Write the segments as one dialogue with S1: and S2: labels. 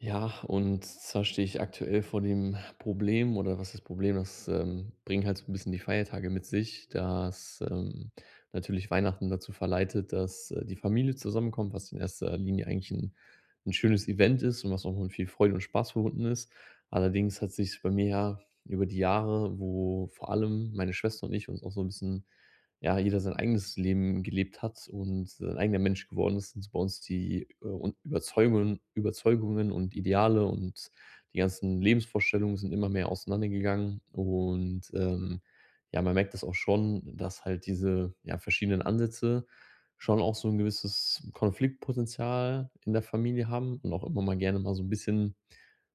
S1: Ja, und zwar stehe ich aktuell vor dem Problem oder was ist das Problem, das, bringen halt so ein bisschen die Feiertage mit sich, dass, natürlich Weihnachten dazu verleitet, dass, die Familie zusammenkommt, was in erster Linie eigentlich ein schönes Event ist und was auch mit viel Freude und Spaß verbunden ist. Allerdings hat sich bei mir ja über die Jahre, wo vor allem meine Schwester und ich uns auch so ein bisschen ja, jeder sein eigenes Leben gelebt hat und sein eigener Mensch geworden ist, sind so bei uns die, un Überzeugungen Überzeugungen und Ideale und die ganzen Lebensvorstellungen sind immer mehr auseinandergegangen. Und, ja, man merkt das auch schon, dass halt diese, ja, verschiedenen Ansätze schon auch so ein gewisses Konfliktpotenzial in der Familie haben und auch immer mal gerne mal so ein bisschen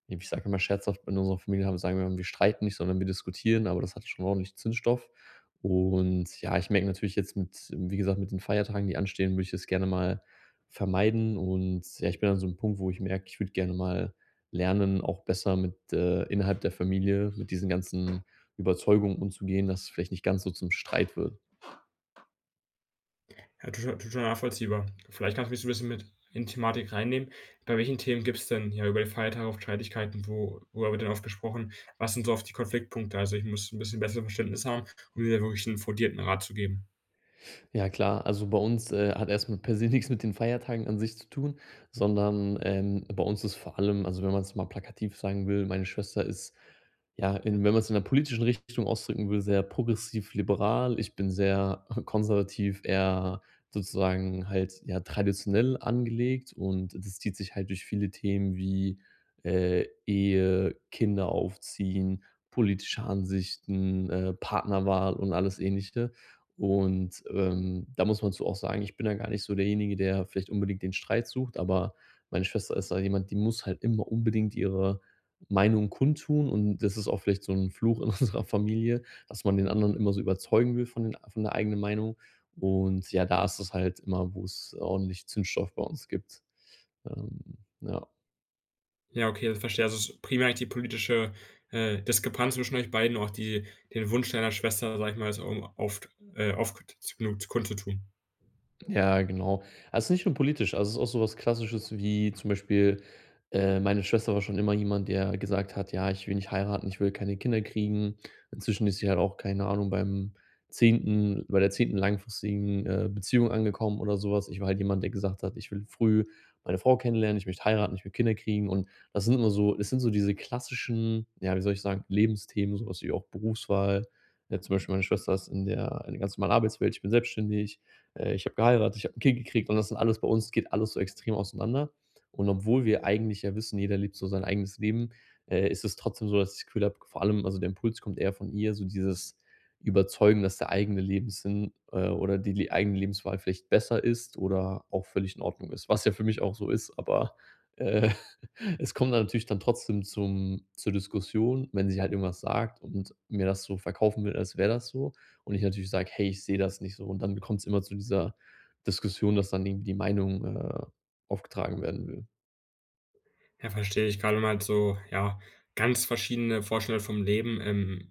S1: ich sage immer scherzhaft, in unserer Familie haben sagen wir immer, wir streiten nicht, sondern wir diskutieren, aber das hat schon ordentlich Zündstoff. Und ja, ich merke natürlich jetzt mit wie gesagt, mit den Feiertagen, die anstehen, würde ich das gerne mal vermeiden. Und ja, ich bin an so einem Punkt, wo ich merke, ich würde gerne mal lernen, auch besser innerhalb der Familie mit diesen ganzen Überzeugungen umzugehen, dass es vielleicht nicht ganz so zum Streit wird.
S2: Ja, total nachvollziehbar. Vielleicht kannst du mich so ein bisschen mit in die Thematik reinnehmen. Bei welchen Themen gibt's denn ja über die Feiertage oft Streitigkeiten? Wo worüber wird denn oft gesprochen? Was sind so oft die Konfliktpunkte? Also, ich muss ein bisschen besseres Verständnis haben, um dir da wirklich einen fundierten Rat zu geben.
S1: Ja klar, also bei uns, hat erstmal per se nix mit den Feiertagen an sich zu tun, sondern, bei uns ist vor allem also wenn man es mal plakativ sagen will, meine Schwester ist, ja, in wenn man es in der politischen Richtung ausdrücken will, sehr progressiv-liberal. Ich bin sehr konservativ, eher sozusagen halt, ja, traditionell angelegt und das zieht sich halt durch viele Themen wie, Ehe, Kinder aufziehen, politische Ansichten, Partnerwahl und alles Ähnliche. Und, da muss man zu auch sagen, ich bin da gar nicht so derjenige, der vielleicht unbedingt den Streit sucht, aber meine Schwester ist da jemand, die muss halt immer unbedingt ihre Meinung kundtun und das ist auch vielleicht so ein Fluch in unserer Familie, dass man den anderen immer so überzeugen will von den von der eigenen Meinung. Und ja, da ist es halt immer, wo es ordentlich Zündstoff bei uns gibt. Ähm, ja.
S2: Ja, okay, das verstehe. Also, es ist primär eigentlich die politische, Diskrepanz zwischen euch beiden, auch die den Wunsch deiner Schwester, sag ich mal, es au oft, oft genug kundzutun.
S1: Ja, genau. Also es ist nicht nur politisch, also es ist auch sowas Klassisches wie zum Beispiel, meine Schwester war schon immer jemand, der gesagt hat: „Ja, ich will nicht heiraten, ich will keine Kinder kriegen.“ Inzwischen ist sie halt auch, keine Ahnung, bei der zehnten langfristigen, Beziehung angekommen oder sowas. Ich war halt jemand, der gesagt hat: „Ich will früh meine Frau kennenlernen, ich möchte heiraten, ich will Kinder kriegen.“ Und das sind immer so es sind so diese klassischen, ja, wie soll ich sagen, Lebensthemen, sowas wie auch Berufswahl. Zum Beispiel meine Schwester ist in der ganz normalen Arbeitswelt, ich bin selbstständig. Ich habe geheiratet, ich habe 'n Kind gekriegt und das sind alles bei uns geht alles so extrem auseinander. Und obwohl wir eigentlich ja wissen, jeder lebt so sein eigenes Leben, ist es trotzdem so, dass ich das Gefühl habe, vor allem also, der Impuls kommt eher von ihr, so dieses Überzeugen, dass der eigene Lebenssinn, oder die le eigene Lebenswahl vielleicht besser ist oder auch völlig in Ordnung ist, was ja für mich auch so ist, aber, äh, es kommt dann natürlich dann trotzdem zum zur Diskussion, wenn sie halt irgendwas sagt und mir das so verkaufen will, als wäre das so und ich natürlich sage: „Hey, ich sehe das nicht so.“ Und dann kommt es immer zu dieser Diskussion, dass dann irgendwie die Meinung, aufgetragen werden will.
S2: Ja, verstehe ich. Gerade wenn man halt so, ja, ganz verschiedene Vorstellungen vom Leben,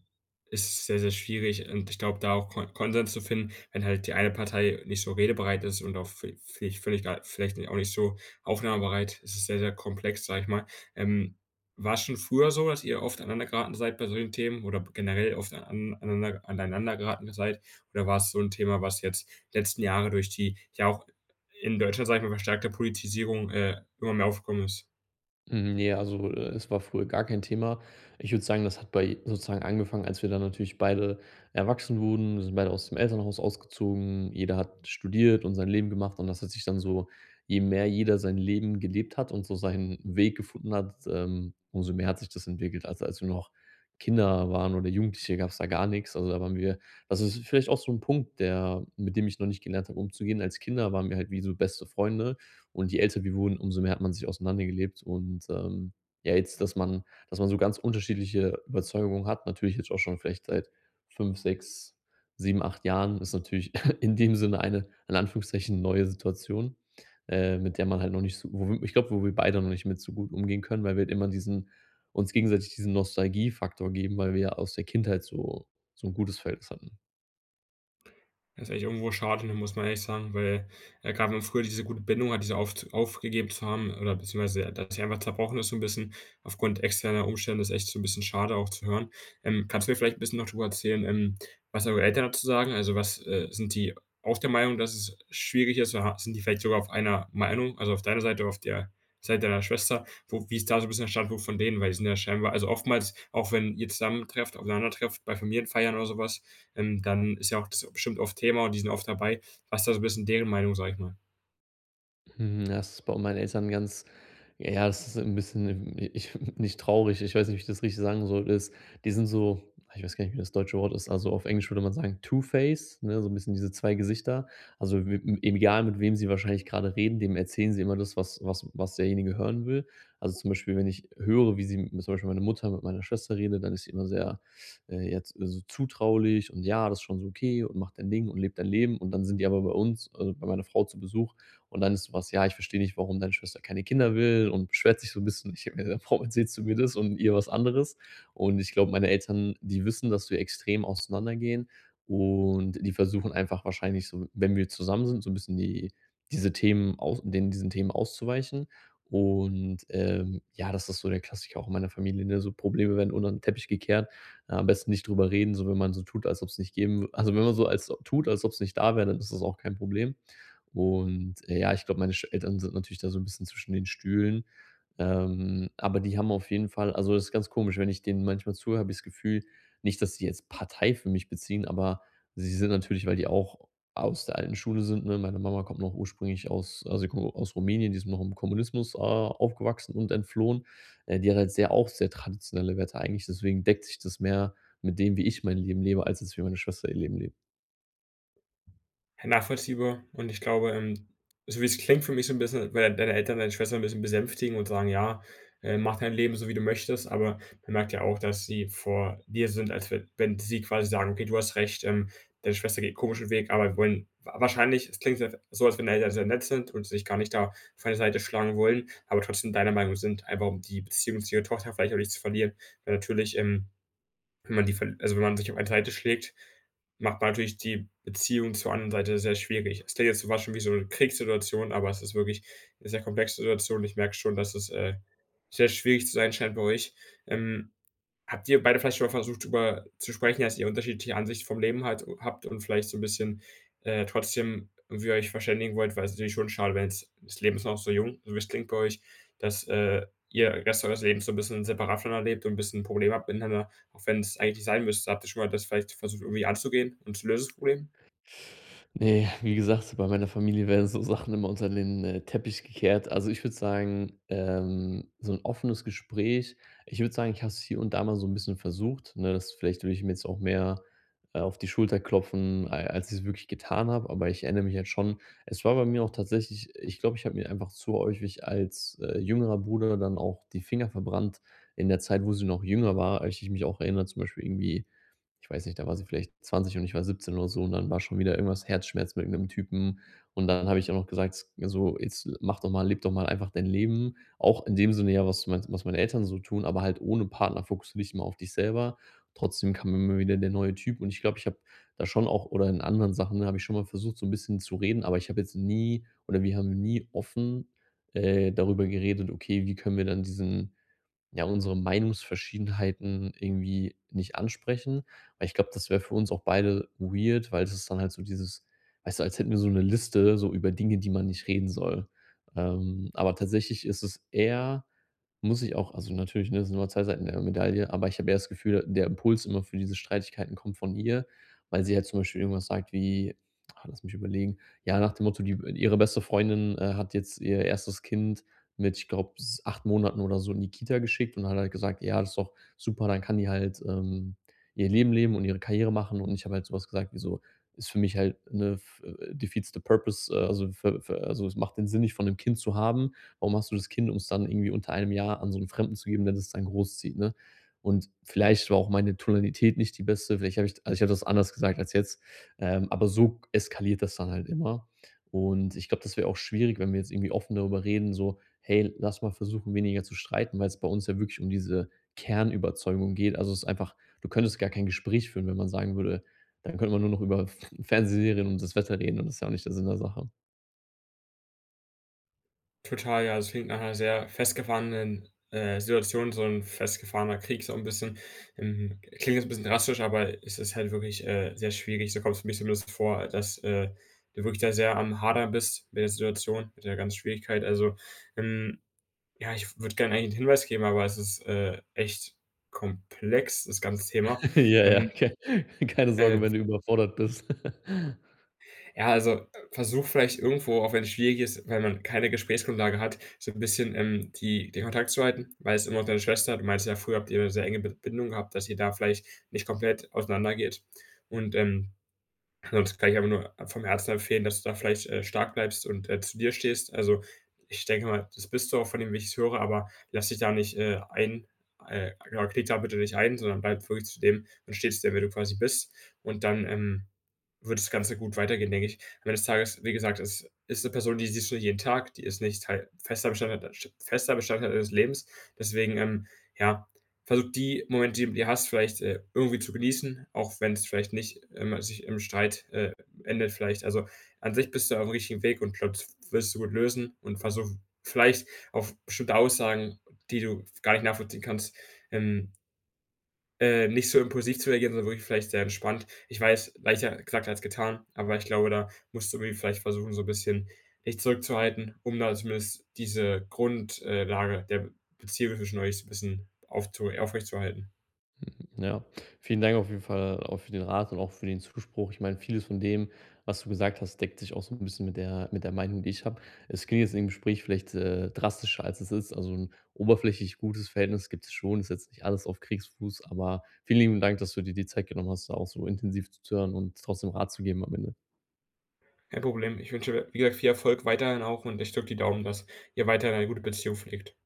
S2: ist sehr, sehr schwierig und ich glaube, da auch Kon Konsens zu finden, wenn halt die eine Partei nicht so redebereit ist und auch vi vielleicht völlig gar vielleicht auch nicht so aufnahmebereit. Es ist es sehr, sehr komplex, sage ich mal. Ähm, war es schon früher so, dass ihr oft aneinander geraten seid bei solchen Themen oder generell oft an aneinander geraten seid? Oder war es so ein Thema, was jetzt letzten Jahre durch die ja auch in Deutschland, sage ich mal, verstärkte Politisierung, immer mehr aufgekommen ist?
S1: Hm, ne, also, es war früher gar kein Thema. Ich würde sagen, das hat bei sozusagen angefangen, als wir dann natürlich beide erwachsen wurden. Wir sind beide aus dem Elternhaus ausgezogen. Jeder hat studiert und sein Leben gemacht und das hat sich dann so je mehr jeder sein Leben gelebt hat und so seinen Weg gefunden hat, umso mehr hat sich das entwickelt. Also, als wir noch Kinder waren oder Jugendliche, gab es da gar nichts. Also, da waren wir das ist vielleicht auch so ein Punkt, der mit dem ich noch nicht gelernt habe, umzugehen. Als Kinder waren wir halt wie so beste Freunde. Und je älter wir wurden, umso mehr hat man sich auseinandergelebt und, ja, jetzt, dass man so ganz unterschiedliche Überzeugungen hat, natürlich jetzt auch schon vielleicht seit 5, 6, 7, 8 Jahren, ist natürlich in dem Sinne eine in Anführungszeichen neue Situation, mit der man halt noch nicht so wo wir ich glaube, wo wir beide noch nicht mit so gut umgehen können, weil wir halt immer diesen uns gegenseitig diesen Nostalgiefaktor geben, weil wir ja aus der Kindheit so so ein gutes Verhältnis hatten.
S2: Das ist eigentlich irgendwo schade, ne, muss man ehrlich sagen, weil, grad wenn man früher diese gute Bindung hat, diese aufz aufgegeben zu haben oder beziehungsweise, ja, dass sie einfach zerbrochen ist so ein bisschen aufgrund externer Umstände, ist echt so ein bisschen schade auch zu hören. Kannst du mir vielleicht ein bisschen noch darüber erzählen, was eure Eltern dazu sagen? Also, was, sind die auch der Meinung, dass es schwierig ist oder sind die vielleicht sogar auf einer Meinung, also auf deiner Seite, auf der Seite deiner Schwester? Wo wie ist da so ein bisschen der Standpunkt von denen? Weil die sind ja scheinbar also oftmals, auch wenn ihr zusammentrefft aufeinandertrefft bei Familienfeiern oder sowas dann ist ja auch das bestimmt oft Thema und die sind oft dabei. Was da so ein bisschen deren Meinung, sage ich mal.
S1: Hm, ja, das ist bei meinen Eltern ganz ja, ja, das ist ein bisschen ich nicht traurig, ich weiß nicht, wie ich das richtig sagen soll, ist die sind so ich weiß gar nicht, wie das deutsche Wort ist, also, auf Englisch würde man sagen Two-Face, ne, so ein bisschen diese 2 Gesichter. Also, w egal, mit wem sie wahrscheinlich gerade reden, dem erzählen sie immer das, was derjenige hören will. Also, zum Beispiel, wenn ich höre, wie sie m zum Beispiel meine Mutter mit meiner Schwester redet, dann ist sie immer sehr, jetzt so zutraulich und: „Ja, das ist schon so okay und macht dein Ding und lebt dein Leben.“ Und dann sind die aber bei uns, also, bei meiner Frau zu Besuch und dann ist sowas, ja, ich verstehe nicht, warum deine Schwester keine Kinder will und beschwert sich so ein bisschen. Ich denke mir: gedacht, „Warum erzählst du mir das und ihr was anderes?“ Und ich glaube, meine Eltern, die wissen, dass wir extrem auseinandergehen und die versuchen einfach wahrscheinlich so, wenn wir zusammen sind, so ein bisschen die diesen Themen auszuweichen. Und, ja, das ist so der Klassiker auch in meiner Familie, ne? So Probleme werden unter den Teppich gekehrt. Am besten nicht drüber reden, so wenn man so tut, als ob es nicht geben also, wenn man so als tut, als ob es nicht da wäre, dann ist das auch kein Problem. Und, ja, ich glaube, meine Sch Eltern sind natürlich da so ein bisschen zwischen den Stühlen, aber die haben auf jeden Fall also, das ist ganz komisch, wenn ich denen manchmal zuhöre, habe ich das Gefühl, nicht, dass sie jetzt Partei für mich beziehen, aber sie sind natürlich, weil die auch aus der alten Schule sind, ne? Meine Mama kommt noch ursprünglich aus also, sie kommt aus Rumänien, die ist noch im Kommunismus, aufgewachsen und entflohen. Die hat halt sehr auch sehr traditionelle Werte eigentlich, deswegen deckt sich das mehr mit dem, wie ich mein Leben lebe, als es wie meine Schwester ihr Leben lebt.
S2: Nachvollziehbar und ich glaube, so wie es klingt für mich so ein bisschen, als deine Eltern deine Schwester ein bisschen besänftigen und sagen: „Ja, mach dein Leben so, wie du möchtest.“ Aber man merkt ja auch, dass sie vor dir sind, als wenn sie quasi sagen: „Okay, du hast recht, deine Schwester geht 'n komischen Weg“, aber wir wollen wa wahrscheinlich es klingt so, als wenn deine Eltern sehr nett sind und sich gar nicht da von der Seite schlagen wollen, aber trotzdem deiner Meinung sind, einfach um die Beziehung zu ihrer Tochter vielleicht auch nicht zu verlieren. Weil natürlich, wenn man die verl also, wenn man sich auf eine Seite schlägt, macht man natürlich die Beziehung zur anderen Seite sehr schwierig. Es klingt jetzt zum schon wie so eine Kriegssituation, aber es ist wirklich eine sehr komplexe Situation. Ich merke schon, dass es, sehr schwierig zu sein scheint bei euch. Ähm, Habt ihr beide vielleicht schon mal versucht, drüber zu sprechen, dass ihr unterschiedliche Ansichten vom Leben halt habt und vielleicht so ein bisschen, trotzdem irgendwie euch verständigen wollt? Weil es ist natürlich schon schade, wenn jetzt das Leben ist noch so jung, so wie es klingt bei euch, dass, ihr den Rest eures Lebens so ein bisschen separat voneinander lebt und ein bisschen Probleme habt miteinander, auch wenn es eigentlich nicht sein müsste. Habt ihr schon mal das vielleicht versucht, irgendwie anzugehen und zu lösen, das Problem?
S1: Ne, wie gesagt, bei meiner Familie werden so Sachen immer unter den, Teppich gekehrt. Also, ich würde sagen, so ein offenes Gespräch ich würde sagen, ich habe es hier und da mal so ein bisschen versucht, ne? Das vielleicht würde ich mir jetzt auch mehr, auf die Schulter klopfen, a als ich es wirklich getan habe, aber ich erinnere mich jetzt schon es war bei mir auch tatsächlich ich glaube, ich habe mir einfach zu häufig als, jüngerer Bruder dann auch die Finger verbrannt in der Zeit, wo sie noch jünger war, als ich mich auch erinnere, zum Beispiel irgendwie ich weiß nicht, da war sie vielleicht 20 und ich war 17 oder so und dann war schon wieder irgendwas Herzschmerz mit irgendeinem Typen. Und dann habe ich auch noch gesagt, so: „Jetzt mach doch mal lebe doch mal einfach dein Leben.“ Auch in dem Sinne ja, was meine Eltern so tun, aber halt ohne Partner fokussiere dich mal auf dich selber. Trotzdem kam immer wieder der neue Typ und ich glaube, ich habe da schon auch oder in anderen Sachen ne, habe ich schon mal versucht, so ein bisschen zu reden, aber ich habe jetzt nie oder wir haben nie offen, darüber geredet: „Okay, wie können wir dann diesen ja, unsere Meinungsverschiedenheiten irgendwie nicht ansprechen. Weil ich glaube, das wäre für uns auch beide weird, weil es ist dann halt so dieses, weißt du, als hätten wir so eine Liste so über Dinge, die man nicht reden soll. Aber tatsächlich ist es eher muss ich auch also natürlich, ne, das sind nur 2 Seiten der Medaille, aber ich habe eher das Gefühl, der Impuls immer für diese Streitigkeiten kommt von ihr, weil sie halt zum Beispiel irgendwas sagt wie, ah, lass mich überlegen, ja, nach dem Motto, die ihre beste Freundin, hat jetzt ihr erstes Kind mit, ich glaube, 8 Monaten oder so in die Kita geschickt und hat halt gesagt, ja, das ist doch super, dann kann die halt ihr Leben leben und ihre Karriere machen. Und ich habe halt sowas gesagt, wie so, ist für mich halt eine defeats the purpose, also, also es macht den Sinn nicht von einem Kind zu haben. Warum hast du das Kind, um es dann irgendwie unter einem Jahr an so einen Fremden zu geben, der das dann großzieht, ne? Und vielleicht war auch meine Tonalität nicht die beste, vielleicht habe ich, also ich habe das anders gesagt als jetzt, aber so eskaliert das dann halt immer. Und ich glaube, das wäre auch schwierig, wenn wir jetzt irgendwie offen darüber reden, so, hey, lass mal versuchen, weniger zu streiten, weil es bei uns ja wirklich um diese Kernüberzeugung geht. Also, es ist einfach du könntest gar kein Gespräch führen, wenn man sagen würde dann könnte man nur noch über F Fernsehserien und das Wetter reden und das ist ja auch nicht der Sinn der Sache.
S2: Total, ja, es klingt nach 'ner sehr festgefahrenen, Situation, so ein festgefahrener Krieg so ein bisschen. Klingt jetzt ein bisschen drastisch, aber es ist halt wirklich, sehr schwierig. So kommt's mir zumindest vor, dass, du wirklich da sehr am Hadern bist mit der Situation, mit der ganzen Schwierigkeit. Also, ähm, ja, ich würde gerne eigentlich einen Hinweis geben, aber es ist, echt komplex, das ganze Thema.
S1: Ja,
S2: Ähm,
S1: keine
S2: äh
S1: Sorge, wenn du überfordert bist.
S2: Ja, also, versuch vielleicht irgendwo, auch wenn es schwierig ist, weil man keine Gesprächsgrundlage hat, so ein bisschen, die den Kontakt zu halten, weil es immer noch deine Schwester du meintest ja, früher habt ihr 'ne sehr enge Bi Bindung gehabt, dass ihr da vielleicht nicht komplett auseinandergeht und, sonst kann ich aber nur vom Herzen empfehlen, dass du da vielleicht, stark bleibst und, zu dir stehst. Also, ich denke mal, das bist du auch von dem, wie ich's höre, aber lass dich da nicht, ein genau, knick da bitte nicht ein, sondern bleib wirklich zu dem und stehst zu dem, wer du quasi bist. Und dann, wird das Ganze gut weitergehen, denke ich. Am Ende des Tages, wie gesagt, es ist eine Person, die siehst du nicht jeden Tag, die ist nicht Teil fester Bestandteil deines Lebens. Deswegen, ja, versucht die Momente, die ihr hast, vielleicht, irgendwie zu genießen, auch wenn es vielleicht nicht immer sich im Streit, endet vielleicht. Also, an sich bist du auf dem richtigen Weg und glaube, das wirst du gut lösen und versuch vielleicht auf bestimmte Aussagen, die du gar nicht nachvollziehen kannst, ähm, nicht so impulsiv zu reagieren, sondern wirklich vielleicht sehr entspannt. Ich weiß, leichter gesagt als getan, aber ich glaube, da musst du irgendwie vielleicht versuchen, so ein bisschen dich zurückzuhalten, um da zumindest diese Grundlage der Beziehung zwischen euch so ein bisschen aufzu aufrechtzuerhalten.
S1: Ja, vielen Dank auf jeden Fall auch für den Rat und auch für den Zuspruch. Ich meine, vieles von dem, was du gesagt hast, deckt sich auch so ein bisschen mit der Meinung, die ich habe. Es klingt jetzt im Gespräch vielleicht, drastischer, als es ist. Also, ein oberflächlich gutes Verhältnis gibt es schon, ist jetzt nicht alles auf Kriegsfuß, aber vielen lieben Dank, dass du dir die Zeit genommen hast, da auch so intensiv zu hören und trotzdem Rat zu geben am Ende.
S2: Kein Problem. Ich wünsche, wie gesagt, viel Erfolg weiterhin auch und ich drücke die Daumen, dass ihr weiterhin eine gute Beziehung pflegt.